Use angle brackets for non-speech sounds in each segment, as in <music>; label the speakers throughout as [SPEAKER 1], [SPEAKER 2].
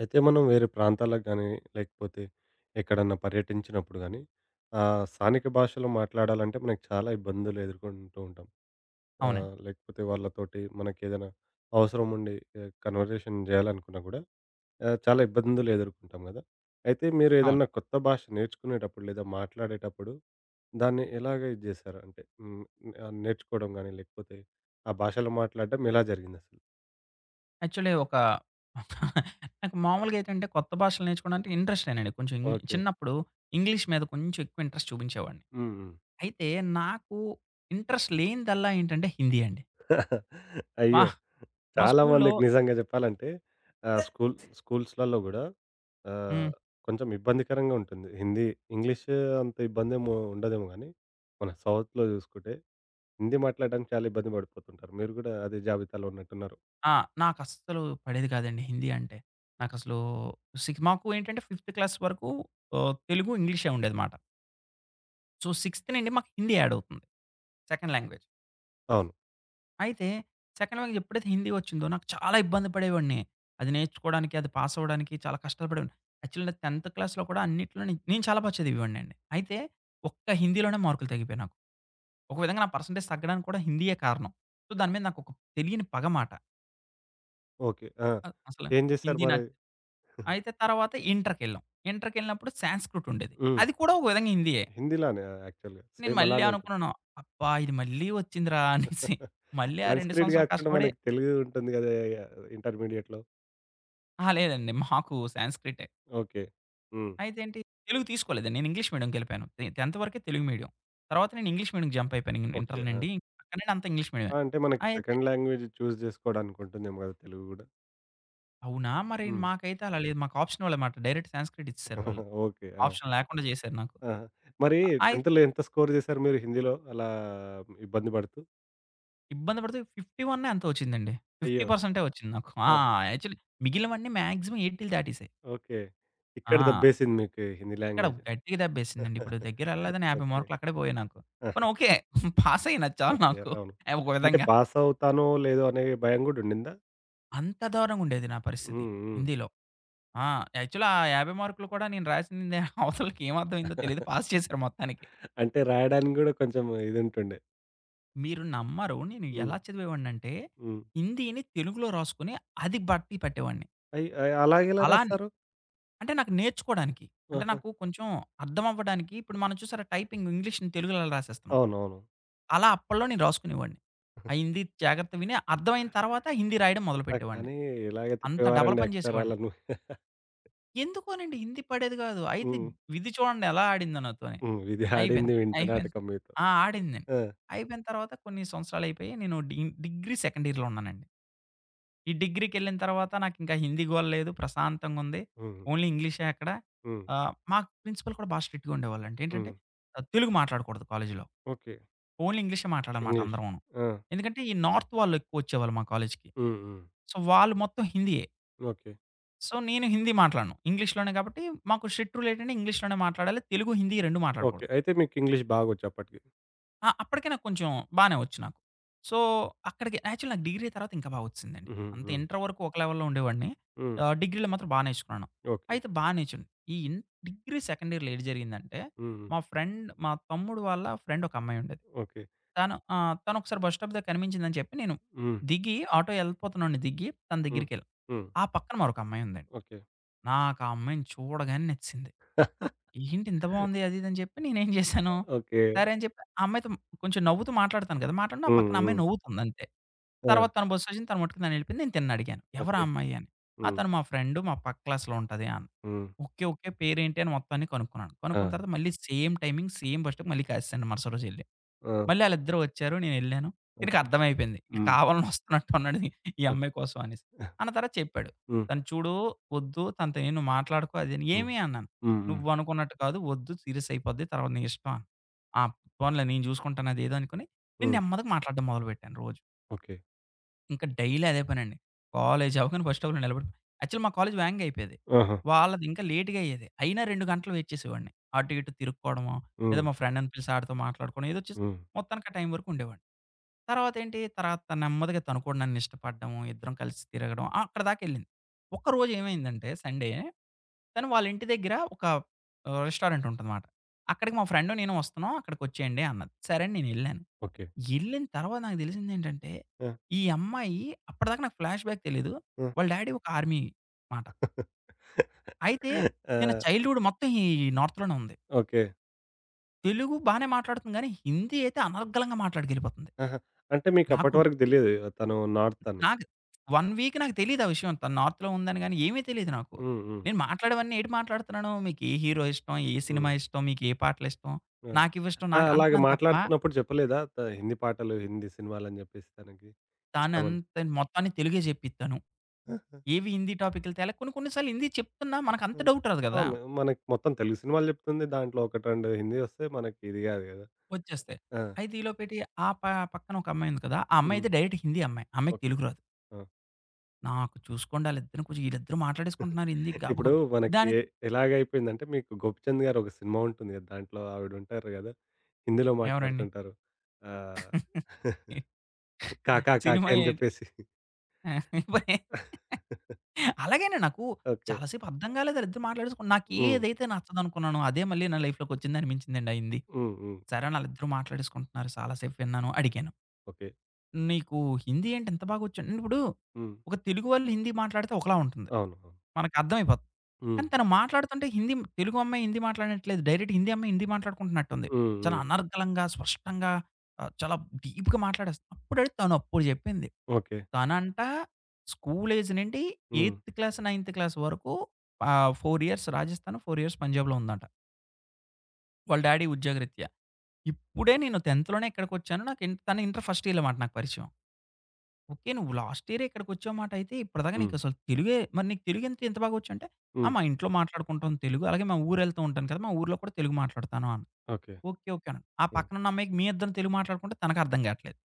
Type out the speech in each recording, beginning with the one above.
[SPEAKER 1] అయితే మనం వేరే ప్రాంతాలకు గానీ, లేకపోతే ఎక్కడన్నా పర్యటించినప్పుడు గానీ, స్థానిక భాషలో మాట్లాడాలంటే మనకు చాలా ఇబ్బందులు ఎదుర్కొంటూ ఉంటాం.
[SPEAKER 2] అవునండి.
[SPEAKER 1] లేకపోతే వాళ్ళతోటి మనకేదైనా అవసరం ఉండి కన్వర్జేషన్ జేయాలనుకున్నా గూడా చాలా ఇబ్బందులు ఎదుర్కొంటాం గదా! అయితే
[SPEAKER 2] అవును.
[SPEAKER 1] మీరేదన్నా కొత్త భాష నేర్చుకునేటప్పుడు లేదా మాట్లాడేటప్పుడు దాన్ని ఎలాగ ఇది జేశారు? అంటే హ్మ్. నేర్చుకోవడం గానీ, లేకపోతే ఆ భాషలో మాట్లాడడం ఎలా జరిగిందసలు?
[SPEAKER 2] యాక్చువల్లీ <laughs> నాకు మామూలుగా ఏంటంటే కొత్త భాషలు నేర్చుకోవడానికి ఇంట్రెస్టేనండి. కొంచెం
[SPEAKER 1] ఓకే. <laughs>
[SPEAKER 2] చిన్నప్పుడు ఇంగ్లీష్ మీద కొంచెం ఎక్కువ ఇంట్రెస్ట్ చూపించేవాడిని.
[SPEAKER 1] హ్మ్. హ్మ్.
[SPEAKER 2] అయితే నాకు ఇంట్రెస్ట్ లేనిదల్లా ఏంటంటే హిందీ అండి. మా
[SPEAKER 1] అయ్యో!
[SPEAKER 2] మా
[SPEAKER 1] చాలా
[SPEAKER 2] స్కూల్‌లో
[SPEAKER 1] మందికి నిజంగా చెప్పాలంటే <laughs> స్కూల్స్‌లలో గూడా ఆహ్,
[SPEAKER 2] హ్మ్.
[SPEAKER 1] కొంచెం ఇబ్బందికరంగా ఉంటుంది. హిందీ, ఇంగ్లీష్ అంత ఇబ్బందేమో ఉండదేమో గానీ, మన సౌత్‌లో చూసుకుంటే హిందీ మాట్లాడడానికి చాలా ఇబ్బంది పడిపోతుంటారు. మీరు గూడా అదే జాబితాలో ఉన్నట్టున్నారు.
[SPEAKER 2] ఆ! నాకస్సలు పడేది కాదండి హిందీ అంటే. నాకసలు మాకు ఏంటంటే ఫిఫ్త్ క్లాస్ వరకు తెలుగు, ఇంగ్లీషే ఉండేది మాట. సో, సిక్స్త్ నుండి మాకు హిందీ యాడ్ అవుతుంది సెకండ్ లాంగ్వేజ్.
[SPEAKER 1] అవును.
[SPEAKER 2] అయితే సెకండ్ లాంగ్వేజ్ ఎప్పుడైతే హిందీ వచ్చిందో నాకు చాలా ఇబ్బంది పడేవాడిని. అది నేర్చుకోవడానికి, అది పాస్ అవ్వడానికి చాలా కష్టాలు పడేవాడిని. యాక్చువల్‌గా 10థ్ క్లాస్‌లో కూడా అన్నిట్లో నేను నేను చాలా బా చదివేవాడినండి. అయితే ఒక్క హిందీలోనే మార్కులు తగ్గిపోయాయి నాకు. ఒక విధంగా నా పర్సెంటేజ్ తగ్గడానికి కూడా హిందీయే కారణం. సో, దాని మీద నాకు ఒక తెలియని పగ మాట.
[SPEAKER 1] ఓకే. ఆ!
[SPEAKER 2] అసలు
[SPEAKER 1] ఏం చేశారు
[SPEAKER 2] హిందీ నా
[SPEAKER 1] మరి? <laughs>
[SPEAKER 2] అయితే తర్వాత ఇంటర్‌కెళ్ళాం. ఇంటర్‌కెళ్ళినప్పుడు సాంస్క్రిట్ ఉండేది.
[SPEAKER 1] హ్మ్.
[SPEAKER 2] అది కూడా ఒక విధంగా హిందీయే.
[SPEAKER 1] హిందీలానే యాక్చువల్‌గా
[SPEAKER 2] నేను
[SPEAKER 1] సేమ్
[SPEAKER 2] మళ్ళీ
[SPEAKER 1] అలానే ఉంటుంది.
[SPEAKER 2] అనుకున్నాను, అబ్బా! ఇది మళ్ళీ వచ్చిందిరా అనేసి.
[SPEAKER 1] <laughs>
[SPEAKER 2] మళ్ళీ ఆ 2
[SPEAKER 1] సంస్క్రిట్
[SPEAKER 2] సంవత్సరాలు
[SPEAKER 1] గాకుండా
[SPEAKER 2] కష్టపడి
[SPEAKER 1] మనకి తెలుగు ఉంటుంది గదా! ఇంటర్మీడియేట్‌లో.
[SPEAKER 2] అహా! లేదండి. మాకు సాంస్క్రిటే.
[SPEAKER 1] ఓకే. హ్మ్.
[SPEAKER 2] అయితే ఏంటి, తెలుగు తీసుకోలేదు. నేను ఇంగ్లీష్ మీడియంకెళ్ళిపోయాను. టెన్త్ వరకే తెలుగు మీడియం. తర్వాత నేను ఇంగ్లీష్ మీడియంకి జంప్ అయిపోయాను
[SPEAKER 1] ఓకే.
[SPEAKER 2] ఇంటర్
[SPEAKER 1] ఆ!
[SPEAKER 2] నుండి. అక్కడి నుండి అంతా ఇంగ్లీష్ మీడియమే.
[SPEAKER 1] ఆ! అంటే మనకి
[SPEAKER 2] అయితే
[SPEAKER 1] సెకండ్ లాంగ్వేజ్ చూజ్ జేసుకోవడానికుంటుందేమో గదా! తెలుగు గూడా.
[SPEAKER 2] అవునా! మరి
[SPEAKER 1] హ్మ్.
[SPEAKER 2] మాకైతే అలా లేదు. మాకు ఆప్షనల్ అన్నమాట. డైరెక్ట్ సాంస్క్రిట్ ఇచ్చేసారు వాళ్ళు.
[SPEAKER 1] <laughs> ఓకే. ఆ!
[SPEAKER 2] ఆప్షన్ లేకుండా చేశారు నాకు.
[SPEAKER 1] ఆహా! మరి
[SPEAKER 2] అయి
[SPEAKER 1] 10థ్‌లో ఎంత స్కోర్ జేశారు మీరు హిందీలో అలా ఇబ్బంది పడుతూ?
[SPEAKER 2] ఇబ్బంది పడితే 51 ఎంతో వచ్చిందండి.
[SPEAKER 1] అయ్యో!
[SPEAKER 2] 50% వచ్చింది నాకు. ఆ!
[SPEAKER 1] ఆ!
[SPEAKER 2] యాక్చువల్లీ మిగిలినవన్నీ మాక్సిమం 80లు దాటేసాయి.
[SPEAKER 1] ఓకే. ఇక్కడ
[SPEAKER 2] ఆ!
[SPEAKER 1] దెబ్బేసింది మీకు హిందీ
[SPEAKER 2] ఇక్కడ
[SPEAKER 1] లాంగ్వేజ్.
[SPEAKER 2] గట్టిగా దెబ్బేసిందండి. ఇప్పుడు దగ్గర
[SPEAKER 1] <laughs>
[SPEAKER 2] ఎళ్ళలేదని 50
[SPEAKER 1] ఓకే.
[SPEAKER 2] మార్కులు అక్కడే పోయాయి నాకు.
[SPEAKER 1] ఆహా!
[SPEAKER 2] పోనీ ఓకే. <laughs> పాస్ అయినా చాలు
[SPEAKER 1] పాస్
[SPEAKER 2] నాకు.
[SPEAKER 1] అయ్యారు. అవును.
[SPEAKER 2] ఏ, ఒక
[SPEAKER 1] అంటే
[SPEAKER 2] విధంగా.
[SPEAKER 1] పాస్ అవుతానో లేదో అనే భయం గూడా ఉండిందా?
[SPEAKER 2] అంత దారుణంగా ఉండేది నా పరిస్థితి
[SPEAKER 1] హ్మ్. హ్మ్.
[SPEAKER 2] హిందీలో. ఆ! యాక్చువల్లీ ఆ 50 మార్కులు కూడా నేను రాసింది <laughs> అవతలకి ఏం అర్థమైందో తెలీదు. పాస్
[SPEAKER 1] <laughs>
[SPEAKER 2] చేశారు మొత్తానికి.
[SPEAKER 1] అంటే రాయడానికి గూడా కొంచెం ఇదుంటుండే.
[SPEAKER 2] మీరు నమ్మరు నేను
[SPEAKER 1] హ్మ్.
[SPEAKER 2] ఎలా చదివేవాడినంటే
[SPEAKER 1] హ్మ్.
[SPEAKER 2] హిందీని తెలుగులో రాసుకొని అది బట్టి పట్టేవాడిని.
[SPEAKER 1] అయ్ అయ్ అలాగెలా
[SPEAKER 2] అలా అని-
[SPEAKER 1] రాస్తారు?
[SPEAKER 2] అంటే నాకు నేర్చుకోవడానికి. అంటే
[SPEAKER 1] ఆహా!
[SPEAKER 2] నాకు కొంచెం అర్థం అవ్వడానికి ఇప్పుడు మనం చూసారా టైపింగ్ ఇంగ్లీష్‌ని తెలుగులో ఎలా రాసేస్తున్నాం.
[SPEAKER 1] అవునవును.
[SPEAKER 2] అలా అప్పట్లో నేను రాసుకునేవాడిని. ఆ హిందీ జాగ్రత్త విని అర్థమైన తర్వాత హిందీ రాయడం
[SPEAKER 1] ఆ!
[SPEAKER 2] మొదలుపెట్టేవాడిని.
[SPEAKER 1] కానీ ఇలాగే
[SPEAKER 2] అంత డబల్
[SPEAKER 1] తిప్పేవారండి
[SPEAKER 2] పని చేసేవాడిని.
[SPEAKER 1] అక్షరాలను.
[SPEAKER 2] ఎందుకోనండి హిందీ పడేది గాదు. అయితే
[SPEAKER 1] హ్మ్.
[SPEAKER 2] ఇది చూడండి ఎలా ఆడిందో నాతోని.
[SPEAKER 1] హ్మ్. ఇది
[SPEAKER 2] అయిపోయింది.
[SPEAKER 1] ఆడింది వింత
[SPEAKER 2] అయిపోయింది.
[SPEAKER 1] నాటకం మీతో.
[SPEAKER 2] ఆ! ఆడిందండి.
[SPEAKER 1] ఆ!
[SPEAKER 2] అయిపోయిన తర్వాత కొన్ని సంవత్సరాలయిపోయి నేను డిగ్రీ సెకండ్ ఇయర్‌లో ఉన్నానండి. ఈ డిగ్రీకెళ్ళిన తర్వాత నాకింకా హిందీ గోల లేదు. ప్రశాంతంగుంది.
[SPEAKER 1] హ్మ్.
[SPEAKER 2] ఓన్లీ ఇంగ్లీషే అక్కడ.
[SPEAKER 1] హ్మ్.
[SPEAKER 2] మాకు ప్రిన్సిపల్ కూడా బాగా స్ట్రిక్ట్‌గా ఉండేవాళ్ళండి. ఏంటంటే
[SPEAKER 1] హ్మ్.
[SPEAKER 2] తెలుగు మాట్లాడకూడదు కాలేజీలో.
[SPEAKER 1] ఓకే.
[SPEAKER 2] ఓన్లీ ఇంగ్లీషే మాట్లాడాలమాట
[SPEAKER 1] ఇంగ్లీష్.
[SPEAKER 2] అందరమును.
[SPEAKER 1] ఆ!
[SPEAKER 2] ఎందుకంటే ఈ నార్త్ వాళ్ళు ఎక్కువొచ్చేవాళ్ళు మా కాలేజీకి.
[SPEAKER 1] హ్మ్. హ్మ్.
[SPEAKER 2] సో, వాళ్ళు మొత్తం హిందీయే.
[SPEAKER 1] ఓకే.
[SPEAKER 2] సో, నేను హిందీ మాట్లాడను. ఇంగ్లీష్‌లోనే కాబట్టి మాకు షిఫ్ట్ రూల్ ఏంటంటే ఇంగ్లీష్‌లోనే మాట్లాడాలి. తెలుగు, హిందీ 2
[SPEAKER 1] ఓకే.
[SPEAKER 2] మాట్లాడకూడదు.
[SPEAKER 1] అయితే మీకు ఇంగ్లీష్ బాగొచ్చు అప్పటికి.
[SPEAKER 2] ఆ! అప్పటికే నాకు కొంచెం బానే వచ్చు నాకు. సో, అక్కడికి యాక్చువల్ నాకు డిగ్రీ తర్వాత ఇంకా బా వచ్చిసిందండి.
[SPEAKER 1] హుహు.
[SPEAKER 2] అంత
[SPEAKER 1] హ్మ్.
[SPEAKER 2] ఇంటర్ వరకు ఒక లెవెల్‌లో ఉండేవాడిని.
[SPEAKER 1] హ్మ్.
[SPEAKER 2] డిగ్రీలో మాత్రం బా నేర్చుకున్నాను.
[SPEAKER 1] ఓకే.
[SPEAKER 2] అయితే బా నేర్చున్ ఈ ఇన్ డిగ్రీ సెకండ్ ఇయర్‌లో ఏటి జరిగిందంటే,
[SPEAKER 1] హ్మ్. హ్మ్.
[SPEAKER 2] మా ఫ్రెండ్ మా తమ్ముడు వాళ్ళ ఫ్రెండ్ ఒక అమ్మాయి ఉండేది.
[SPEAKER 1] ఓకే.
[SPEAKER 2] తను ఆ! తను ఒకసారి బస్ స్టాప్ దగ్గర కనిపించిందని చెప్పి నేను
[SPEAKER 1] హ్మ్.
[SPEAKER 2] దిగి ఆటో ఎళ్ళిపోతున్నాను దిగి తన
[SPEAKER 1] హ్మ్.
[SPEAKER 2] దగ్గరికెళ్ళా.
[SPEAKER 1] హ్మ్.
[SPEAKER 2] ఆ పక్కన మరొక అమ్మాయి ఉందండి.
[SPEAKER 1] ఓకే.
[SPEAKER 2] నాకా అమ్మాయిని చూడగానే నచ్చింది. ఏంటి ఇంత బావుంది అది ఇది అని చెప్పి నేనేం చేశాను,
[SPEAKER 1] ఓకే.
[SPEAKER 2] సరే అని చెప్పి ఆ అమ్మాయితో కొంచెం నవ్వుతూ మాట్లాడతాను కదా! మాట్లాడిన ఆ
[SPEAKER 1] హ్మ్.
[SPEAKER 2] పక్కన అమ్మాయి
[SPEAKER 1] హ్మ్.
[SPEAKER 2] నవ్వుతుంది అంతే.
[SPEAKER 1] ఆ!
[SPEAKER 2] తర్వాత తన బస్సు వచ్చింది. తన మట్టుకు తను వెళ్ళిపోయింది. నేను తిననడిగాను. ఎవరు ఆ
[SPEAKER 1] ఓకే.
[SPEAKER 2] అమ్మాయి అని? ఆ!
[SPEAKER 1] హ్మ్.
[SPEAKER 2] తను మా ఫ్రెండు మా పక్క క్లాస్‌లో ఉంటది అన్నది.
[SPEAKER 1] హ్మ్.
[SPEAKER 2] ఓకే. ఓకే. పేరేంటి అని మొత్తం అన్ని కనుక్కున్నాను.
[SPEAKER 1] ఆ!
[SPEAKER 2] కనుక్కున్న తర్వాత మళ్ళీ సేమ్ టైమింగ్ సేమ్ బస్‌స్టాప్ మళ్ళీ కలిసాను మరుసటి రోజు ఎళ్ళి.
[SPEAKER 1] ఆ!
[SPEAKER 2] మళ్ళీ ఆళ్ళిద్దరూ వచ్చారు. నేనెళ్ళాను. ఈడికి
[SPEAKER 1] ఓకే.
[SPEAKER 2] అర్థమైపోయింది. ఈడు
[SPEAKER 1] హ్మ్.
[SPEAKER 2] కావాలని వస్తున్నట్టు ఉన్నాడు ఈ అమ్మాయి కోసం అనేసి. అన్న తర్వాత చెప్పాడు.
[SPEAKER 1] హ్మ్.
[SPEAKER 2] తను చూడు వద్దు. తనతో ఏం నువ్వు మాట్లాడకు అది అని.
[SPEAKER 1] హ్మ్.
[SPEAKER 2] ఏమి అన్నాను.
[SPEAKER 1] హ్మ్. హ్మ్.
[SPEAKER 2] నువ్వనుకున్నట్టు కాదు. వద్దు సీరియస్ అయిపోద్ది. తర్వాత నీ ఇష్టం అన్ ఆ! పోన్లే నేను చూసుకుంటాను అది ఏదో అనుకోని నేను
[SPEAKER 1] హ్మ్.
[SPEAKER 2] నెమ్మదిగా మాట్లాడడం మొదలుపెట్టాను రోజు.
[SPEAKER 1] ఓకే.
[SPEAKER 2] ఇంక డైలీ అదే పనండి. కాలేజ్ అవ్వగానే ఫస్ట్ అవర్‌లో నిలబడి యాక్చువల్లీ మా కాలేజ్ వేగంగా అయిపోయేది.
[SPEAKER 1] ఆహా!
[SPEAKER 2] వాళ్ళది ఇంకా లేట్‌గా అయ్యేది. అయినా 2 గంటలు వెయిట్ చేసేవాడిని. అటు ఇటు తిరుక్కోవడమో, లేదా
[SPEAKER 1] హ్మ్.
[SPEAKER 2] మా ఫ్రెండ్‌ని పిలిసి ఆడితో మాట్లాడుకోవడం ఏదో చేసి
[SPEAKER 1] హ్మ్.
[SPEAKER 2] మొత్తానికి ఆ టైం వరకు ఉండేవాడిని. తర్వాత ఏంటి, తర్వాత తను నెమ్మదిగా తను కూడా నన్ను ఇష్టపడడము, ఇద్దరం కలిసి తిరగడం ఆ! అక్కడిదాకెళ్ళింది. ఒక్కరోజు ఏమైందంటే సండే, తను వాళ్ళ ఇంటి దగ్గర ఒక రెస్టారెంట్ ఉంటదన్నమాట. అక్కడికి మా ఫ్రెండ్ నేను వస్తున్నాం అక్కడికొచ్చేయండి అన్నది. సరే అని నేనెళ్ళాను.
[SPEAKER 1] ఓకే.
[SPEAKER 2] ఎళ్ళిన తర్వాత నాకు తెలిసిందేంటంటే,
[SPEAKER 1] ఆ!
[SPEAKER 2] ఈ అమ్మాయి అప్పటిదాకా నాకు ఫ్లాష్ బ్యాక్ తెలీదు.
[SPEAKER 1] ఆ!
[SPEAKER 2] వాళ్ళ డ్యాడీ ఒక ఆర్మీ మాట. అయితే
[SPEAKER 1] ఆ!
[SPEAKER 2] చైల్డ్‌హుడ్ మొత్తం ఈ నార్త్‌లోనే ఉంది.
[SPEAKER 1] ఓకే.
[SPEAKER 2] తెలుగు బానే మాట్లాడుతుంది గానీ, హిందీ అయితే అనర్గళంగా మాట్లాడగెళ్ళిపోతుంది.
[SPEAKER 1] ఆహా! అంటే
[SPEAKER 2] నాకు
[SPEAKER 1] మీకప్పటి వరకు దెలియదు తను నార్త్ అని.
[SPEAKER 2] నాకు 1 వీక్ నాకు తెలీదు ఆ విషయం. తను నార్త్‌లో ఉందని గాని ఏమీ తెలీదు నాకు.
[SPEAKER 1] హ్మ్. హ్మ్.
[SPEAKER 2] నేను మాట్లాడేవన్నీ ఏటి మాట్లాడుతున్నాను, మీకు ఏ హీరో ఇష్టం, ఏ సినిమా
[SPEAKER 1] హ్మ్.
[SPEAKER 2] ఇష్టం, మీకు ఏ పాటలిష్టం,
[SPEAKER 1] ఆ!
[SPEAKER 2] నాకివిష్టం
[SPEAKER 1] ఆ!
[SPEAKER 2] నాకు
[SPEAKER 1] అలాగ
[SPEAKER 2] అంటున్నాను తప్ప,
[SPEAKER 1] మాట్లాడుతున్నప్పుడు జెప్పలేదా? త హిందీ పాటలు, హిందీ సినిమాలని జెప్పేసి తనకి ఇష్టమని?
[SPEAKER 2] తానంత మొత్తాన్ని తెలుగే జెప్పిత్తాను.
[SPEAKER 1] ఆహా!
[SPEAKER 2] ఏవి హిందీ టాపిక్‌లు తేలా కొన్ని కొన్ని సార్లు హిందీ చెప్తున్నా మనకంత
[SPEAKER 1] ఆ!
[SPEAKER 2] డౌట్ రాదు గదా!
[SPEAKER 1] అవును. మనకి మొత్తం తెలుగు సినిమాలు జెప్తుంది. దాంట్లో 1, 2 హిందీ వస్తే మనకి ఇది గాదు గదా!
[SPEAKER 2] వచ్చేస్తాయి.
[SPEAKER 1] ఆ!
[SPEAKER 2] అయితే ఈలోపేటి ఆ పక్కన ఒక అమ్మాయి ఉంది కదా! ఆ అమ్మాయి
[SPEAKER 1] హ్మ్.
[SPEAKER 2] అయితే డైరెక్ట్ హిందీ అమ్మాయి. ఆ అమ్మాయికి
[SPEAKER 1] ఓకే.
[SPEAKER 2] తెలుగు రాదు.
[SPEAKER 1] ఆ!
[SPEAKER 2] నాకు చూసుకోండి ఆళ్ళిద్దరిని కొంచెం ఈళ్ళిద్దరూ మాట్లాడేసుకుంటున్నారు హిందీ గబ
[SPEAKER 1] ఇప్పుడు
[SPEAKER 2] గబ
[SPEAKER 1] మనకి
[SPEAKER 2] దాని
[SPEAKER 1] ఎలాగైపోయిందంటే మీకు 'గోపీచంద్' గారు ఒక సినిమా ఉంటుంది గదా! దాంట్లో ఆవిడుంటారు గదా! హిందీలో
[SPEAKER 2] ఎవరండి?
[SPEAKER 1] మాట్లాడుతుంటారు. ఆహ్, <laughs> కాకా, కాకి
[SPEAKER 2] సినిమా
[SPEAKER 1] అని
[SPEAKER 2] ఏంటి?
[SPEAKER 1] జెప్పేసి.
[SPEAKER 2] అలాగేనే నాకు
[SPEAKER 1] ఓకే.
[SPEAKER 2] చాలా సేపు అర్థం కాలేదు ఆళ్ళిద్దరూ మాట్లాడేసుకుని నాకు
[SPEAKER 1] హ్మ్.
[SPEAKER 2] ఏదైతే నచ్చదనుకున్నానో అదే మళ్ళీ నా లైఫ్‌లోకొచ్చింది అనిపించిందండి ఆ హిందీ.
[SPEAKER 1] హ్మ్. హ్మ్.
[SPEAKER 2] సరే అని ఆళ్ళిద్దరూ మాట్లాడేసుకుంటున్నారు చాలా సేపు విన్నాను. అడిగాను.
[SPEAKER 1] ఓకే.
[SPEAKER 2] నీకు హిందీ ఏంటి ఇంత బాగొచ్చు? ఇప్పుడు
[SPEAKER 1] హ్మ్.
[SPEAKER 2] ఒక తెలుగు వాళ్ళు హిందీ మాట్లాడితే ఒకలా ఉంటుంది.
[SPEAKER 1] అవును. అవును.
[SPEAKER 2] మనకర్థమైపోద్ది.
[SPEAKER 1] హ్మ్.
[SPEAKER 2] కానీ తను మాట్లాడుతుంటే హిందీ తెలుగు అమ్మాయి హిందీ మాట్లాడినట్లేదు. డైరెక్ట్ హిందీ అమ్మాయి హిందీ మాట్లాడుకుంటున్నట్టుంది.
[SPEAKER 1] హ్మ్.
[SPEAKER 2] చాలా
[SPEAKER 1] హ్మ్.
[SPEAKER 2] అనర్గళంగా, స్పష్టంగా చాలా డీప్‌గా మాట్లాడేస్తుంది. అప్పుడడిగితే తనప్పుడు చెప్పింది.
[SPEAKER 1] ఓకే.
[SPEAKER 2] తనంట స్కూల్ ఏజ్ నుండి
[SPEAKER 1] హ్మ్.
[SPEAKER 2] 8థ్ క్లాస్, 9థ్ క్లాస్ వరకు 4 ఇయర్స్ రాజస్థాన్, 4 ఇయర్స్ పంజాబ్‌లో ఉందంట. వాళ్ళ డ్యాడీ ఉద్యోగరీత్యా. ఇప్పుడే నేను 10థ్ లోనే ఇక్కడికొచ్చాను. నాకు తను ఇంటర్ ఫస్ట్ ఇయర్ అన్నమాట నాకు పరిచయం. ఓకే. నువ్వు లాస్ట్ ఇయరే ఇక్కడికొచ్చావు మాట అయితే, ఇప్పటిదాకా
[SPEAKER 1] హ్మ్.
[SPEAKER 2] నీకసలు తెలుగే మరి నీకు తెలుగు ఎంత ఇంత బాగా వచ్చంటే, ఆ!
[SPEAKER 1] హ్మ్.
[SPEAKER 2] మా ఇంట్లో మాట్లాడుకుంటాం తెలుగు. అలాగే మా ఊరెళ్తూ ఉంటాను కదా! మా ఊర్లో కూడా తెలుగు మాట్లాడతాను అన్నా.
[SPEAKER 1] ఓకే.
[SPEAKER 2] ఓకే. ఓకే. అన్నాను. ఆ
[SPEAKER 1] హ్మ్.
[SPEAKER 2] పక్కనున్న అమ్మాయికి మీ ఇద్దరం తెలుగు మాట్లాడుకుంటే తనకు అర్థం కాట్లేదు.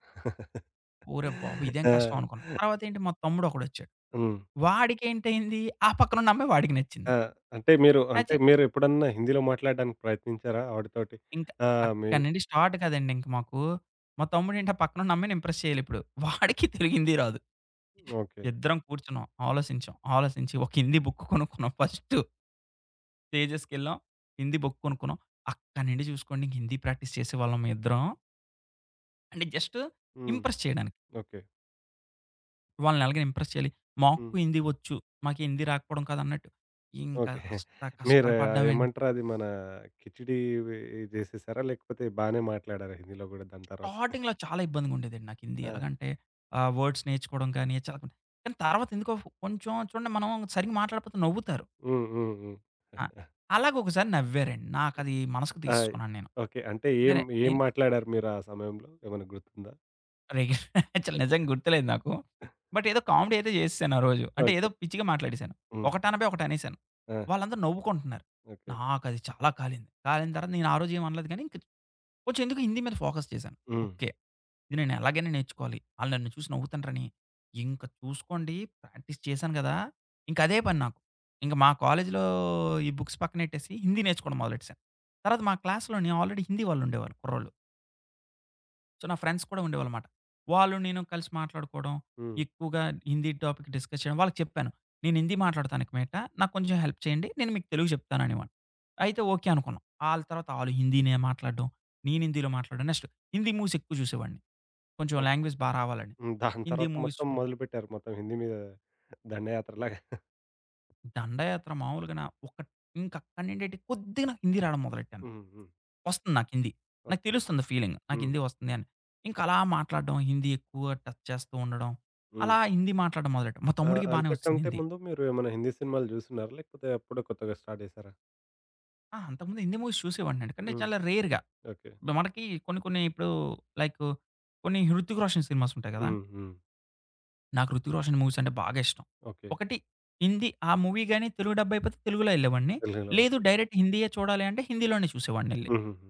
[SPEAKER 2] ఓరేయ్ బాబు! ఇదేం కష్టం
[SPEAKER 1] ఆ!
[SPEAKER 2] అనుకున్నా. తర్వాతేంటి మా తమ్ముడొకడొచ్చాడు.
[SPEAKER 1] హ్మ్.
[SPEAKER 2] వాడికేంటయింది, ఆ పక్కనున్న అమ్మాయి వాడికి నచ్చింది.
[SPEAKER 1] ఆ! అంటే మీరు అంటే
[SPEAKER 2] నచ్చి
[SPEAKER 1] మీరెప్పుడన్నా హిందీలో మాట్లాడడానికి ప్రయత్నించారా ఆవిడతోటి?
[SPEAKER 2] ఇంక
[SPEAKER 1] ఆ! మీ
[SPEAKER 2] అక్కడి నుండి స్టార్ట్ కదండీ ఇంక మాకు. మా తమ్ముడేంటి ఆ పక్కనున్న అమ్మాయిని ఇంప్రెస్ చేయాలిప్పుడు. వాడికి తెలుగు, హిందీ రాదు.
[SPEAKER 1] ఓకే.
[SPEAKER 2] ఇద్దరం కూర్చున్నాం, ఆలోచించాం. ఆలోచించి ఒక హిందీ బుక్ కొనుక్కున్నాం ఫస్టు. తేజస్‌కెళ్ళాం. హిందీ బుక్ కొనుక్కున్నాం. అక్కడి నుండి చూసుకోండి హిందీ ప్రాక్టీస్ చేసేవాళ్ళం మేమిద్దరం. అంటే జస్ట్
[SPEAKER 1] హ్మ్.
[SPEAKER 2] ఇంప్రెస్ చేయడానికి.
[SPEAKER 1] ఓకే.
[SPEAKER 2] వాళ్ళని ఎలాగైనా ఇంప్రెస్ చేయాలి. మాకు
[SPEAKER 1] హ్మ్.
[SPEAKER 2] హిందీ వచ్చు. మాకు హిందీ రాకపోవడం కాదన్నట్టు. ఇంకా
[SPEAKER 1] ఓకే.
[SPEAKER 2] అష్ట
[SPEAKER 1] మీరు
[SPEAKER 2] కష్టాలు పడ్డామండి.
[SPEAKER 1] ఏమంటారు అది మన కిచిడీ ఇవి చేసేసారా? లేకపోతే బానే మాట్లాడారా హిందీలో గూడా దాని తర్వాత?
[SPEAKER 2] స్టార్టింగ్‌లో చాలా ఇబ్బందిగా ఉండేదండి నాకు హిందీ.
[SPEAKER 1] ఆ!
[SPEAKER 2] ఎలాగంటే వర్డ్స్ నేర్చుకోవడం కానీ, చదవడం కానీ తర్వాత ఎందుకో కొంచెం చూడండి మనం సరిగ్గా మాట్లాడకపోతే నవ్వుతారు.
[SPEAKER 1] హ్మ్. హ్మ్. హ్మ్.
[SPEAKER 2] ఆ! అలాగ ఒకసారి నవ్వారండి. నాకది మనసుకు
[SPEAKER 1] ఆ!
[SPEAKER 2] తీసుకున్నాను నేను.
[SPEAKER 1] ఓకే. అంటే ఏం
[SPEAKER 2] సరే
[SPEAKER 1] ఏం
[SPEAKER 2] నేను
[SPEAKER 1] మాట్లాడారు మీరు ఆ సమయంలో? ఏమైనా గుర్తుందా?
[SPEAKER 2] రెగ్ <laughs> యాక్చువల్ నిజంగా గుర్తులేదు నాకు. బట్ ఏదో కామెడీ అయితే జేసేశాను ఆ రోజు. అంటే ఏదో
[SPEAKER 1] ఓకే.
[SPEAKER 2] పిచ్చిగా మాట్లాడేశాను.
[SPEAKER 1] హ్మ్.
[SPEAKER 2] ఒకటనబోయి ఒకటనేశాను.
[SPEAKER 1] ఆ!
[SPEAKER 2] వాళ్ళందరూ నవ్వుకుంటున్నారు.
[SPEAKER 1] ఓకే.
[SPEAKER 2] నాకది చాలా కాలింది. కాలిన తర్వాత నేను ఆ రోజు ఏం అనలేదు గానీ, ఇంక కొంచెం ఎందుకు హిందీ మీద ఫోకస్ చేశాను.
[SPEAKER 1] హ్మ్.
[SPEAKER 2] ఓకే. ఇది నేను ఎలాగైనా నేర్చుకోవాలి. ఆళ్ళు నన్ను చూసి నవ్వుతుండ్రని, ఇంక చూసుకోండి ప్రాక్టీస్ చేశాను గదా! ఇంక అదే పని నాకు. ఇంక మా కాలేజీలో ఈ బుక్స్ పక్కనెట్టేసి హిందీ నేర్చుకోవడం మొదలెట్టేశాను. తర్వాత మా క్లాస్‌లోని ఆల్రెడీ హిందీ వాళ్ళుండేవాళ్ళు కుర్రోళ్ళు. సో, నా ఫ్రెండ్స్ కూడా ఉండేవాళ్ళమాట. వాళ్ళు నేను కలిసి మాట్లాడుకోవడం,
[SPEAKER 1] హ్మ్.
[SPEAKER 2] ఎక్కువగా హిందీ టాపిక్ డిస్కస్ చేయడం. వాళ్ళకి చెప్పాను. "నేను హిందీ మాట్లాడతాను ఇక మీదట. నాకు కొంచెం హెల్ప్ చేయండి. నేను మీకు తెలుగు చెప్తాను" అనేవాడిని. అయితే ఓకే అనుకున్నాం. ఆళ్ళ తర్వాత ఆళ్ళు హిందీనే మాట్లాడడం, నేను హిందీలో మాట్లాడడం. నెక్స్ట్ హిందీ మూవీస్ ఎక్కువ చూసేవాడిని. కొంచెం
[SPEAKER 1] ఓకే.
[SPEAKER 2] లాంగ్వేజ్ బా రావాలని.
[SPEAKER 1] హ్మ్. దాని
[SPEAKER 2] హిందీ
[SPEAKER 1] తర్వాత
[SPEAKER 2] మూవీస్
[SPEAKER 1] మొత్తం
[SPEAKER 2] చూడడం.
[SPEAKER 1] మొదలుపెట్టారు. మొత్తం హిందీ మీద దండయాత్రలాగా.
[SPEAKER 2] దండయాత్ర మామూలుగా నా ఒక ఇంకక్కడి నుండేటి కొద్దిగా నాకు హిందీ రాడం మొదలెట్టాను.
[SPEAKER 1] హ్మ్. హ్మ్.
[SPEAKER 2] వస్తుంది నాకు హిందీ. నాకు
[SPEAKER 1] ఓకే.
[SPEAKER 2] తెలుస్తుంది ఫీలింగ్. నాకు
[SPEAKER 1] హ్మ్.
[SPEAKER 2] హిందీ వస్తుంది అని. ఇంకా అలా మాట్లాడడం, హిందీ ఎక్కువ టచ్ చేస్తూ ఉండడం.
[SPEAKER 1] హ్మ్.
[SPEAKER 2] అలా హిందీ మాట్లాడడం మొదలెట్టాం. మా
[SPEAKER 1] ఆ!
[SPEAKER 2] తమ్ముడికి బానే వచ్చింది
[SPEAKER 1] అంతకంటే
[SPEAKER 2] హిందీ.
[SPEAKER 1] ముందు మీరు ఏమైనా హిందీ సినిమాలు జూసున్నారా? లేకపోతే అప్పుడే కొత్తగా స్టార్ట్ జేసారా?
[SPEAKER 2] ఆ! అంతకుముందు హిందీ మూవీస్ చూసేవాడినండి. కానీ
[SPEAKER 1] హ్మ్.
[SPEAKER 2] చాలా రేర్‌గా.
[SPEAKER 1] ఓకే.
[SPEAKER 2] మనకి కొన్ని కొన్ని ఇప్పుడు లైక్ కొన్ని 'హృతిక్ రోషన్' సినిమాస్ ఉంటాయి కదా!
[SPEAKER 1] హ్మ్. హ్మ్.
[SPEAKER 2] నాకు 'హృతిక్ రోషన్' మూవీస్ అంటే బాగా ఇష్టం.
[SPEAKER 1] ఓకే.
[SPEAKER 2] ఒకటి హిందీ ఆ మూవీ గాని తెలుగు డబ్ అయిపోతే తెలుగులో ఎళ్ళేవాడిని.
[SPEAKER 1] తెలుగులో
[SPEAKER 2] లేదు
[SPEAKER 1] ఓకే.
[SPEAKER 2] డైరెక్ట్ హిందీయే చూడాలి అంటే హిందీలోనే చూసేవాడినెళ్లి.
[SPEAKER 1] హుహుహు.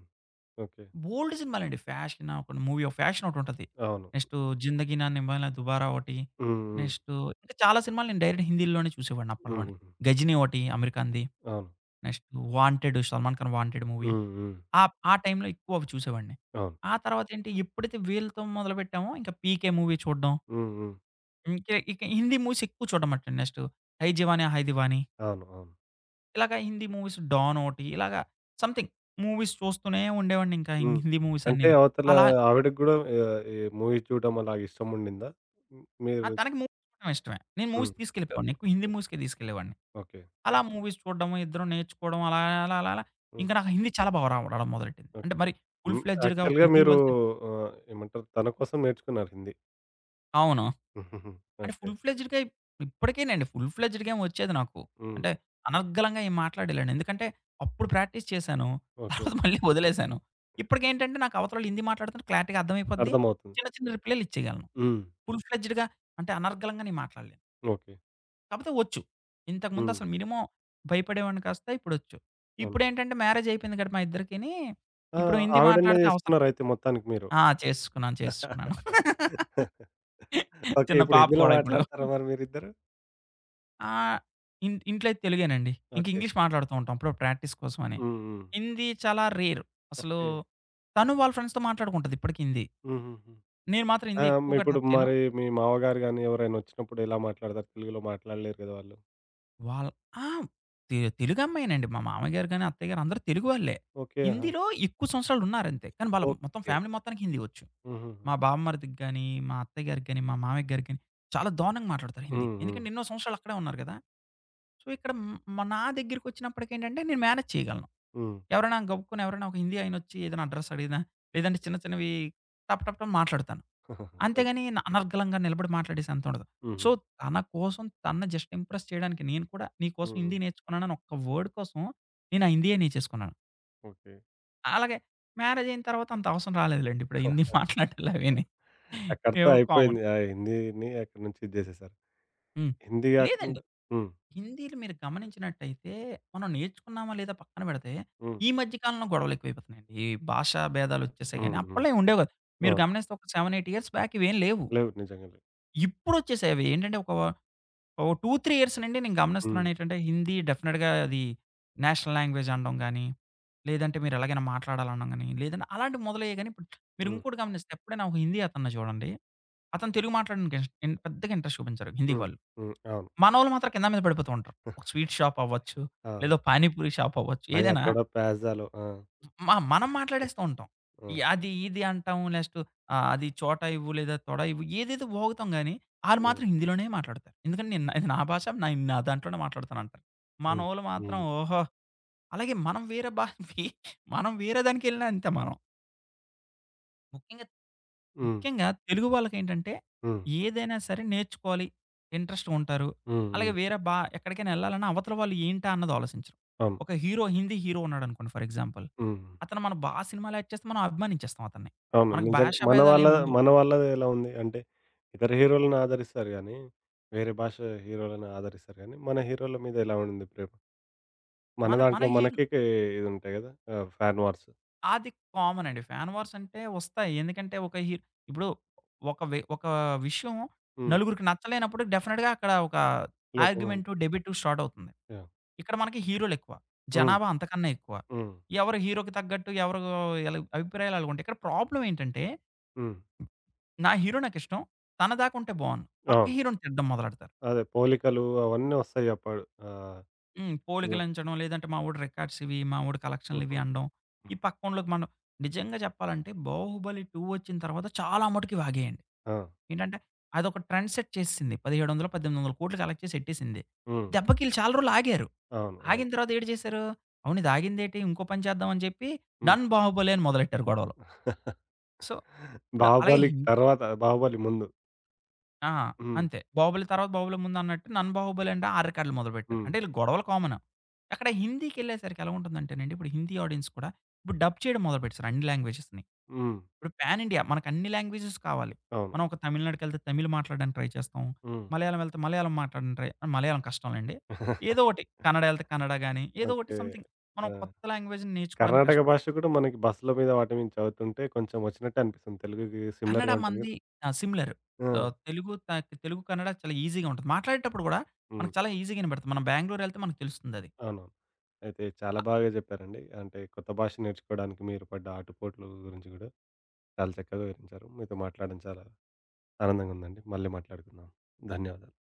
[SPEAKER 1] ఓకే.
[SPEAKER 2] బోలెడు సినిమాలండి. 'ఫ్యాషన్' ఒక మూవీ ఒక 'ఫ్యాషన్' ఒకటుంటది.
[SPEAKER 1] అవును.
[SPEAKER 2] నెక్స్టు 'జిందగీ నా నిభానా దుబారా' ఒకటి.
[SPEAKER 1] హ్మ్. హ్మ్.
[SPEAKER 2] నెక్స్టు ఇంకా చాలా సినిమాలు నేను డైరెక్ట్ హిందీలోనే చూసేవాడిని అప్పట్లోనే.
[SPEAKER 1] హుహుహు.
[SPEAKER 2] 'గజినీ' ఒకటి అమీర్ ఖాన్‌ది.
[SPEAKER 1] అవును.
[SPEAKER 2] Next 'wanted' 'Salman Khan wanted' movie.
[SPEAKER 1] హ్మ్. హ్మ్.
[SPEAKER 2] ఆ ఆ టైంలో ఎక్కువ అవి చూసేవాడిని.
[SPEAKER 1] అవును.
[SPEAKER 2] ఆ తర్వాతేంటి ఎప్పుడైతే వీళ్ళతో మొదలుపెట్టామో ఇంకా 'పీకే' మూవీ చూడడం.
[SPEAKER 1] హ్మ్. హ్మ్.
[SPEAKER 2] ఇంకే ఇక హిందీ మూవీస్ ఎక్కువ చూడడమటండి. నెక్స్టు 'హై జవానీ హై దీవానీ'
[SPEAKER 1] అవును. అవును.
[SPEAKER 2] ఇలాగ హిందీ మూవీస్ 'డాన్' ఒకటి ఇలాగ సంథింగ్ మూవీస్ చూస్తూనే ఉండేవాడిని ఇంకా
[SPEAKER 1] హ్మ్.
[SPEAKER 2] హిందీ మూవీస్
[SPEAKER 1] అంటే
[SPEAKER 2] అన్నీని.
[SPEAKER 1] అవతల
[SPEAKER 2] అలా
[SPEAKER 1] ఆవిడకి గూడా ఈ మూవీస్ చూడడం అలాగ ఇష్టముండిందా? హ్మ్.
[SPEAKER 2] ఆ!
[SPEAKER 1] మీరు
[SPEAKER 2] తనకి మూవీస్ చూడడం ఇష్టమే. నేను మూవీస్
[SPEAKER 1] హ్మ్.
[SPEAKER 2] తీసుకెళ్ళిపోయేవాడిని. ఎక్కువ హిందీ
[SPEAKER 1] హ్మ్.
[SPEAKER 2] మూవీస్‌కే తీసుకెళ్ళేవాడిని.
[SPEAKER 1] ఓకే.
[SPEAKER 2] అలా మూవీస్ చూడడము, ఇద్దరం నేర్చుకోవడం అలా, అలా, అలా, అలా
[SPEAKER 1] హ్మ్.
[SPEAKER 2] ఇంకా నాకు హిందీ చాలా బాగా రావడం మొదలెట్టింది.
[SPEAKER 1] ఓకే.
[SPEAKER 2] అంటే మరి ఫుల్
[SPEAKER 1] హ్మ్.
[SPEAKER 2] ఫ్లెడ్జెడ్‌గా ఒక
[SPEAKER 1] యాక్చువల్‌గా
[SPEAKER 2] హిందీ
[SPEAKER 1] మీరు
[SPEAKER 2] వాళ్ళతో
[SPEAKER 1] ఏమంటారు తన కోసం నేర్చుకున్నారు హిందీ.
[SPEAKER 2] అవును.
[SPEAKER 1] హుహుహు.
[SPEAKER 2] అంటే
[SPEAKER 1] ఓకే.
[SPEAKER 2] ఫుల్ ఫ్లెడ్జెడ్‌గా ఇప్పటికేనండి ఫుల్ ఫ్లెడ్జెడ్‌గా ఏం వచ్చేది నాకు.
[SPEAKER 1] హ్మ్.
[SPEAKER 2] అంటే అనర్గళంగా ఏం మాట్లాడలేను. ఎందుకంటే అప్పుడు ప్రాక్టీస్ చేశాను.
[SPEAKER 1] ఓకే.
[SPEAKER 2] తర్వాత మళ్ళీ వదిలేశాను. ఇప్పటికేంటంటే నాకు అవతలోళ్ళు హిందీ మాట్లాడుతుంటే క్లారిటీగా అర్థమైపోద్ది.
[SPEAKER 1] అర్థమవుతుంది.
[SPEAKER 2] చిన్న, చిన్న రిప్లైలు ఇచ్చేయగలను.
[SPEAKER 1] హ్మ్.
[SPEAKER 2] ఫుల్ ఫ్లెడ్జెడ్‌గా అంటే అనర్గళంగా నేను మాట్లాడలేను.
[SPEAKER 1] ఓకే.
[SPEAKER 2] కాపోతే ఒచ్చు. ఇంతకుముందు
[SPEAKER 1] హ్మ్.
[SPEAKER 2] అసలు మినిమం భయపడేవాడిని కాస్త ఇప్పుడొచ్చు.
[SPEAKER 1] అవును.
[SPEAKER 2] ఇప్పుడేంటంటే మ్యారేజ్ అయిపోయింది కాబట్టి మా ఇద్దరికిని.
[SPEAKER 1] ఆ!
[SPEAKER 2] ఇప్పుడు హిందీ
[SPEAKER 1] ఆవిడనే
[SPEAKER 2] మాట్లాడితే అవసరం
[SPEAKER 1] చేసుకున్నారయితే మొత్తానికి మీరు.
[SPEAKER 2] ఆ! చేసుకున్నాను. చేసుకున్నాను.
[SPEAKER 1] ఓకే.
[SPEAKER 2] చిన్న
[SPEAKER 1] ఇప్పుడు
[SPEAKER 2] పాప
[SPEAKER 1] హిందీలో
[SPEAKER 2] కూడా ఇప్పుడు.
[SPEAKER 1] మాట్లాడతారా మరి మీరిద్దరు?
[SPEAKER 2] ఆహ్, ఇంట్లో అయితే తెలుగేనండి. ఇంక
[SPEAKER 1] ఓకే.
[SPEAKER 2] ఇంగ్లీష్ మాట్లాడుతూ ఉంటాం అప్పుడప్పుడు ప్రాక్టీస్ కోసం అని.
[SPEAKER 1] హ్మ్. హ్మ్.
[SPEAKER 2] హిందీ చాలా రేర్. అసలు
[SPEAKER 1] ఓకే.
[SPEAKER 2] తను వాళ్ళ ఫ్రెండ్స్‌తో మాట్లాడుకుంటది ఇప్పటికి హిందీ.
[SPEAKER 1] హుహుహు.
[SPEAKER 2] నేను మాత్రం
[SPEAKER 1] ఆ!
[SPEAKER 2] హిందీ ఎక్కువగా
[SPEAKER 1] ఇప్పుడు
[SPEAKER 2] టచ్ చేయను.
[SPEAKER 1] మరి మీ మామగారు గాని ఎవరైనా వచ్చినప్పుడు ఎలా మాట్లాడతారు? తెలుగులో మాట్లాడలేరు కదా వాళ్ళు.
[SPEAKER 2] వాళ్ళ ఆ! తెలుగమ్మాయేనండి. మా మామయ్యగారు గాని, అత్తయ్య గారు అందరూ తెలుగు వాళ్ళే.
[SPEAKER 1] ఓకే. ఆహా!
[SPEAKER 2] హిందీలో ఎక్కువ సంవత్సరాలున్నారంతే. కానీ వాళ్ళ మొత్తం
[SPEAKER 1] ఓకే.
[SPEAKER 2] ఫ్యామిలీ మొత్తానికి హిందీ వచ్చు.
[SPEAKER 1] హుహుహు.
[SPEAKER 2] మా బామ్మర్దికి గాని, మా అత్తయ్య గారికి గాని, మా మామయ్య గారికి గాని చాలా దారుణంగా మాట్లాడతారు హిందీ.
[SPEAKER 1] హ్మ్. హ్మ్.
[SPEAKER 2] ఎందుకంటే ఎన్నో సంవత్సరాలు అక్కడే ఉన్నారు గదా! సో, ఇక్కడ నా దగ్గరికొచ్చినప్పటికేంటంటే నేను మేనేజ్ చేయగలను.
[SPEAKER 1] హ్మ్.
[SPEAKER 2] ఎవరైనా గబుక్కున ఎవరైనా ఒక హిందీ ఆయనొచ్చి ఏదైనా అడ్రెస్ అడిగినా, లేదంటే చిన్న చిన్నవి టప్ టప్ టప్ మాట్లాడతాను.
[SPEAKER 1] ఓకే.
[SPEAKER 2] అంతేగాని అనర్గళంగా నిలబడి మాట్లాడేసి అంతుండదు.
[SPEAKER 1] హుహు.
[SPEAKER 2] సో, తన కోసం తనని జస్ట్ ఇంప్రెస్ చేయడానికి నేను కూడా నీ కోసం హిందీ
[SPEAKER 1] హ్మ్.
[SPEAKER 2] నేర్చుకున్నానని ఒక్క వర్డ్ కోసం నేను ఆ హిందీయే నేర్చేసుకున్నాను.
[SPEAKER 1] ఓకే.
[SPEAKER 2] అలాగే మ్యారేజ్ అయిన తర్వాత అంత అవసరం రాలేదులెండి. ఇప్పుడు హిందీ <laughs> మాట్లాడాలి అవీని.
[SPEAKER 1] అక్కడితో
[SPEAKER 2] ఏవో కామన్.
[SPEAKER 1] అయిపోయింది. ఆ హిందీని అక్కడి నుంచి ఇది చేసేసారు.
[SPEAKER 2] హ్మ్.
[SPEAKER 1] హిందీ
[SPEAKER 2] లేదండి.
[SPEAKER 1] కాకుండా హ్మ్.
[SPEAKER 2] హిందీలు మీరు గమనించినట్టయితే మనం నేర్చుకున్నామా లేదా పక్కన పెడితే
[SPEAKER 1] హ్మ్.
[SPEAKER 2] ఈ మధ్య కాలంలో గొడవలు ఎక్కువైపోతున్నాయండి. ఈ భాషా భేదాలు వచ్చేసాయి గాని
[SPEAKER 1] హ్మ్. హ్మ్.
[SPEAKER 2] అప్పట్లో ఏం ఉండేవి కాదు.
[SPEAKER 1] ఆ!
[SPEAKER 2] మీరు గమనిస్తే ఒక 7, 8 ఇయర్స్ బ్యాక్ ఇవేం లేవు.
[SPEAKER 1] లేవు. నిజంగా లేవు.
[SPEAKER 2] ఇప్పుడొచ్చేసాయి అవి. ఏంటంటే ఒక ఓ 2, 3 ఇయర్స్ నుండి నేను
[SPEAKER 1] హ్మ్.
[SPEAKER 2] గమనిస్తున్నాను ఏంటంటే, హిందీ డెఫినిట్‌గా అది నేషనల్ లాంగ్వేజ్ అనడం గాని, లేదంటే మీరు ఎలాగైనా మాట్లాడాలనడం గాని, లేదంటే అలాంటివి మొదలయ్యాయి గాని, ఇప్పుడు మీరు
[SPEAKER 1] హ్మ్.
[SPEAKER 2] ఇంకోటి గమనిస్తే ఎప్పుడైనా ఒక హిందీ అతన్ని చూడండి. అతను తెలుగు మాట్లాడడానికి ఇన్ ఇన్ పెద్దగా ఇంట్రెస్ట్ చూపించరు హిందీ
[SPEAKER 1] హ్మ్.
[SPEAKER 2] వాళ్ళు.
[SPEAKER 1] హ్మ్. అవును.
[SPEAKER 2] మనోళ్ళు మాత్రం కింద మీద పడిపోతూ ఉంటారు. ఒక
[SPEAKER 1] <laughs>
[SPEAKER 2] స్వీట్ షాప్ అవ్వచ్చు,
[SPEAKER 1] అవును.
[SPEAKER 2] లేదా పానీపూరి షాప్ అవ్వచ్చు,
[SPEAKER 1] భయ్యా
[SPEAKER 2] ఏదైనా
[SPEAKER 1] తోడా ప్యాజ్ డాలో. ఆ!
[SPEAKER 2] మనం మాట్లాడేస్తూ ఉంటాం. ఈ
[SPEAKER 1] హ్మ్.
[SPEAKER 2] అది, ఇది అంటాం. నెక్స్ట్ అది చోట ఇవ్వు లేదా తొడ ఇవ్వు ఏదేదో బోగుతాం గానీ, ఆళ్ళు
[SPEAKER 1] హ్మ్.
[SPEAKER 2] మాత్రం హిందీలోనే మాట్లాడతారు. ఎందుకంటే నేను ఇది నా భాష నేను నా దాంట్లోనే మాట్లాడతానంటారు.
[SPEAKER 1] హ్మ్.
[SPEAKER 2] మనోళ్ళు మాత్రం
[SPEAKER 1] హ్మ్.
[SPEAKER 2] ఓహో! అలాగే మనం వేరే మనం వేరే దానికెళ్ళినా అంతే మనం. ముఖ్యంగా
[SPEAKER 1] హ్మ్.
[SPEAKER 2] ముఖ్యంగా తెలుగు వాళ్ళకేంటంటే,
[SPEAKER 1] హ్మ్.
[SPEAKER 2] ఏదైనా సరే నేర్చుకోవాలి ఇంట్రెస్ట్‌గా ఉంటారు.
[SPEAKER 1] హ్మ్.
[SPEAKER 2] అలాగే
[SPEAKER 1] హ్మ్.
[SPEAKER 2] వేరే ఎక్కడికైనా ఎళ్ళాలన్నా అవతల వాళ్ళు ఏంటా అన్నది ఆలోచించరు.
[SPEAKER 1] అవును.
[SPEAKER 2] ఒక హీరో హిందీ హీరో ఉన్నాడనుకోండి ఫర్ ఎగ్జాంపుల్.
[SPEAKER 1] హ్మ్.
[SPEAKER 2] అతను మన సినిమాలో యాక్ట్ చేస్తే మనం అభిమానించేస్తాం అతన్ని.
[SPEAKER 1] అవును.
[SPEAKER 2] మనకు
[SPEAKER 1] నిజంగా
[SPEAKER 2] భాషా
[SPEAKER 1] మన వాళ్ళ
[SPEAKER 2] భేదాలేమి ఉండవు.
[SPEAKER 1] మన వాళ్ళది ఎలా ఉంది అంటే, ఇతర హీరోలను ఆదరిస్తారు గానీ, వేరే భాష హీరోలను ఆదరిస్తారు గానీ, మన హీరోల మీద ఎలా ఉండింది ప్రేమ? మన
[SPEAKER 2] మన మన
[SPEAKER 1] దాంట్లో
[SPEAKER 2] హీరో
[SPEAKER 1] మనకి కే ఇది ఉంటాయి గదా! Fan wars.
[SPEAKER 2] అది కామన్ అండి. ఫ్యాన్ వార్స్ అంటే వస్తాయి. ఎందుకంటే ఒక ఇప్పుడు ఒక విషయం
[SPEAKER 1] హ్మ్.
[SPEAKER 2] నలుగురికి నచ్చలేనప్పుడు డెఫినిట్‌గా అక్కడ ఒక
[SPEAKER 1] లోపల
[SPEAKER 2] ఆర్గ్యుమెంటు, డెబేటు స్టార్ట్ అవుతుంది.
[SPEAKER 1] యాహ్!
[SPEAKER 2] ఇక్కడ మనకి హీరోలెక్కువ.
[SPEAKER 1] హ్మ్.
[SPEAKER 2] జనాభా అంతకన్నా ఎక్కువ.
[SPEAKER 1] హ్మ్.
[SPEAKER 2] ఎవరి హీరోకి తగ్గట్టు ఎవరు అభిప్రాయాలు అలాగుంటాయి. ఇక్కడ ప్రాబ్లమ్ ఏంటంటే,
[SPEAKER 1] హ్మ్.
[SPEAKER 2] నా హీరో నాకిష్టం. తన దాకుంటే బావున్ను. పక్క
[SPEAKER 1] అవును.
[SPEAKER 2] హీరోని తిట్టడం మొదలెడతారు.
[SPEAKER 1] అదే పోలికలు అవన్నీ వస్తాయి అప్పుడు. ఆ!
[SPEAKER 2] హ్మ్.
[SPEAKER 1] ఇలా.
[SPEAKER 2] పోలికలంచడం, లేదంటే మా వోడు రికార్డ్స్ ఇవి, మా వోడు
[SPEAKER 1] <laughs>
[SPEAKER 2] కలెక్షన్‌లివి
[SPEAKER 1] హుహు.
[SPEAKER 2] అనడం. ఈ పక్కోళ్ళకి మనం నిజంగా చెప్పాలంటే 'బాహుబలి 2' వచ్చిన తర్వాత చాలా మటుకు ఇవాగాయండి.
[SPEAKER 1] ఆ!
[SPEAKER 2] ఏంటంటే అదొక ట్రెండ్ సెట్ చేసేసింది. 1700, 1800 కోట్లు కలెక్ట్ చేసి ఎట్టేసింది.
[SPEAKER 1] హ్మ్.
[SPEAKER 2] దెబ్బకి ఈళ్ళు చాలా రోజులు ఆగారు.
[SPEAKER 1] అవును. అవును. అవును.
[SPEAKER 2] ఆగిన తర్వాత ఏటి చేశారు? అవును ఇది ఆగిందేటి ఇంకో పని చేద్దాం అని చెప్పి
[SPEAKER 1] హ్మ్.
[SPEAKER 2] 'డన్ బాహుబలి' అని మొదలెట్టారు గొడవలు.
[SPEAKER 1] <laughs>
[SPEAKER 2] సో, ఇప్పుడు అలాగే
[SPEAKER 1] 'బాహుబలికి' తర్వాత 'బాహుబలి' ముందు.
[SPEAKER 2] ఆ!
[SPEAKER 1] హ్మ్.
[SPEAKER 2] అంతే. 'బాహుబలి' తర్వాత 'బాహుబలి' ముందు అన్నట్టు 'డన్ బాహుబలి' అంటే ఆ రికార్డులు మొదలుపెట్టారు.
[SPEAKER 1] హ్మ్.
[SPEAKER 2] అంటే ఈళ్ళకి గొడవలు కామన్. అక్కడ హిందీకెళ్ళేసరికి ఎలా ఉంటుందంటేనండి, ఇప్పుడు హిందీ ఆడియన్స్ కూడా ఇప్పుడు డబ్ చేయడం మొదలుపెట్టేసారు అన్ని లాంగ్వేజెస్‌ని.
[SPEAKER 1] హ్మ్.
[SPEAKER 2] ఇప్పుడు పాన్ ఇండియా మనకన్ని లాంగ్వేజెస్ కావాలి.
[SPEAKER 1] అవును.
[SPEAKER 2] మనం ఒక తమిళనాడుకెళ్తే తమిళ్ మాట్లాడడానికి ట్రై చేస్తాం.
[SPEAKER 1] హ్మ్.
[SPEAKER 2] మలయాళం వెళ్తే మలయాళం మాట్లాడడానికి ట్రై మలయాళం కష్టంలెండి. ఏదో
[SPEAKER 1] <laughs>
[SPEAKER 2] ఒకటి కన్నడ ఎళ్తే కన్నడ గాని, ఏదో ఒకటి
[SPEAKER 1] ఓకే.
[SPEAKER 2] సంథింగ్ మనం
[SPEAKER 1] ఆ!
[SPEAKER 2] కొత్త లాంగ్వేజ్‌ని నేర్చుకోవడానికి
[SPEAKER 1] కర్ణాటక
[SPEAKER 2] కష్టపడతాం.
[SPEAKER 1] భాష కూడా మనకి బస్సుల మీద వాటి మీద చదువుతుంటే కొంచెం వచ్చినట్టే అనిపిస్తుంది. తెలుగుకి
[SPEAKER 2] కన్నడ
[SPEAKER 1] సిమిలర్‌గా ఉంటుంది.
[SPEAKER 2] మనది సిమిలర్.
[SPEAKER 1] ఆ!
[SPEAKER 2] తెలుగు తెలుగు, కన్నడ చాలా ఈజీగా ఉంటుంది. మాట్లాడేటప్పుడు గూడా
[SPEAKER 1] హ్మ్.
[SPEAKER 2] మనకు చాలా ఈజీగా ఇనబడుతుంది. మనం బెంగుళూరు ఎళ్తే మనకు తెలుస్తుందది.
[SPEAKER 1] అవునవును. అయితే చాలా బాగా చెప్పారండి. అంటే కొత్త భాష నేర్చుకోవడానికి మీరు పడ్డ ఆటుపోట్ల గురించి గూడా చాలా చక్కగా వివరించారు. మీతో మాట్లాడడం చాలా ఆనందంగా ఉందండి. మళ్ళీ మాట్లాడుకుందాం. ధన్యవాదాలు.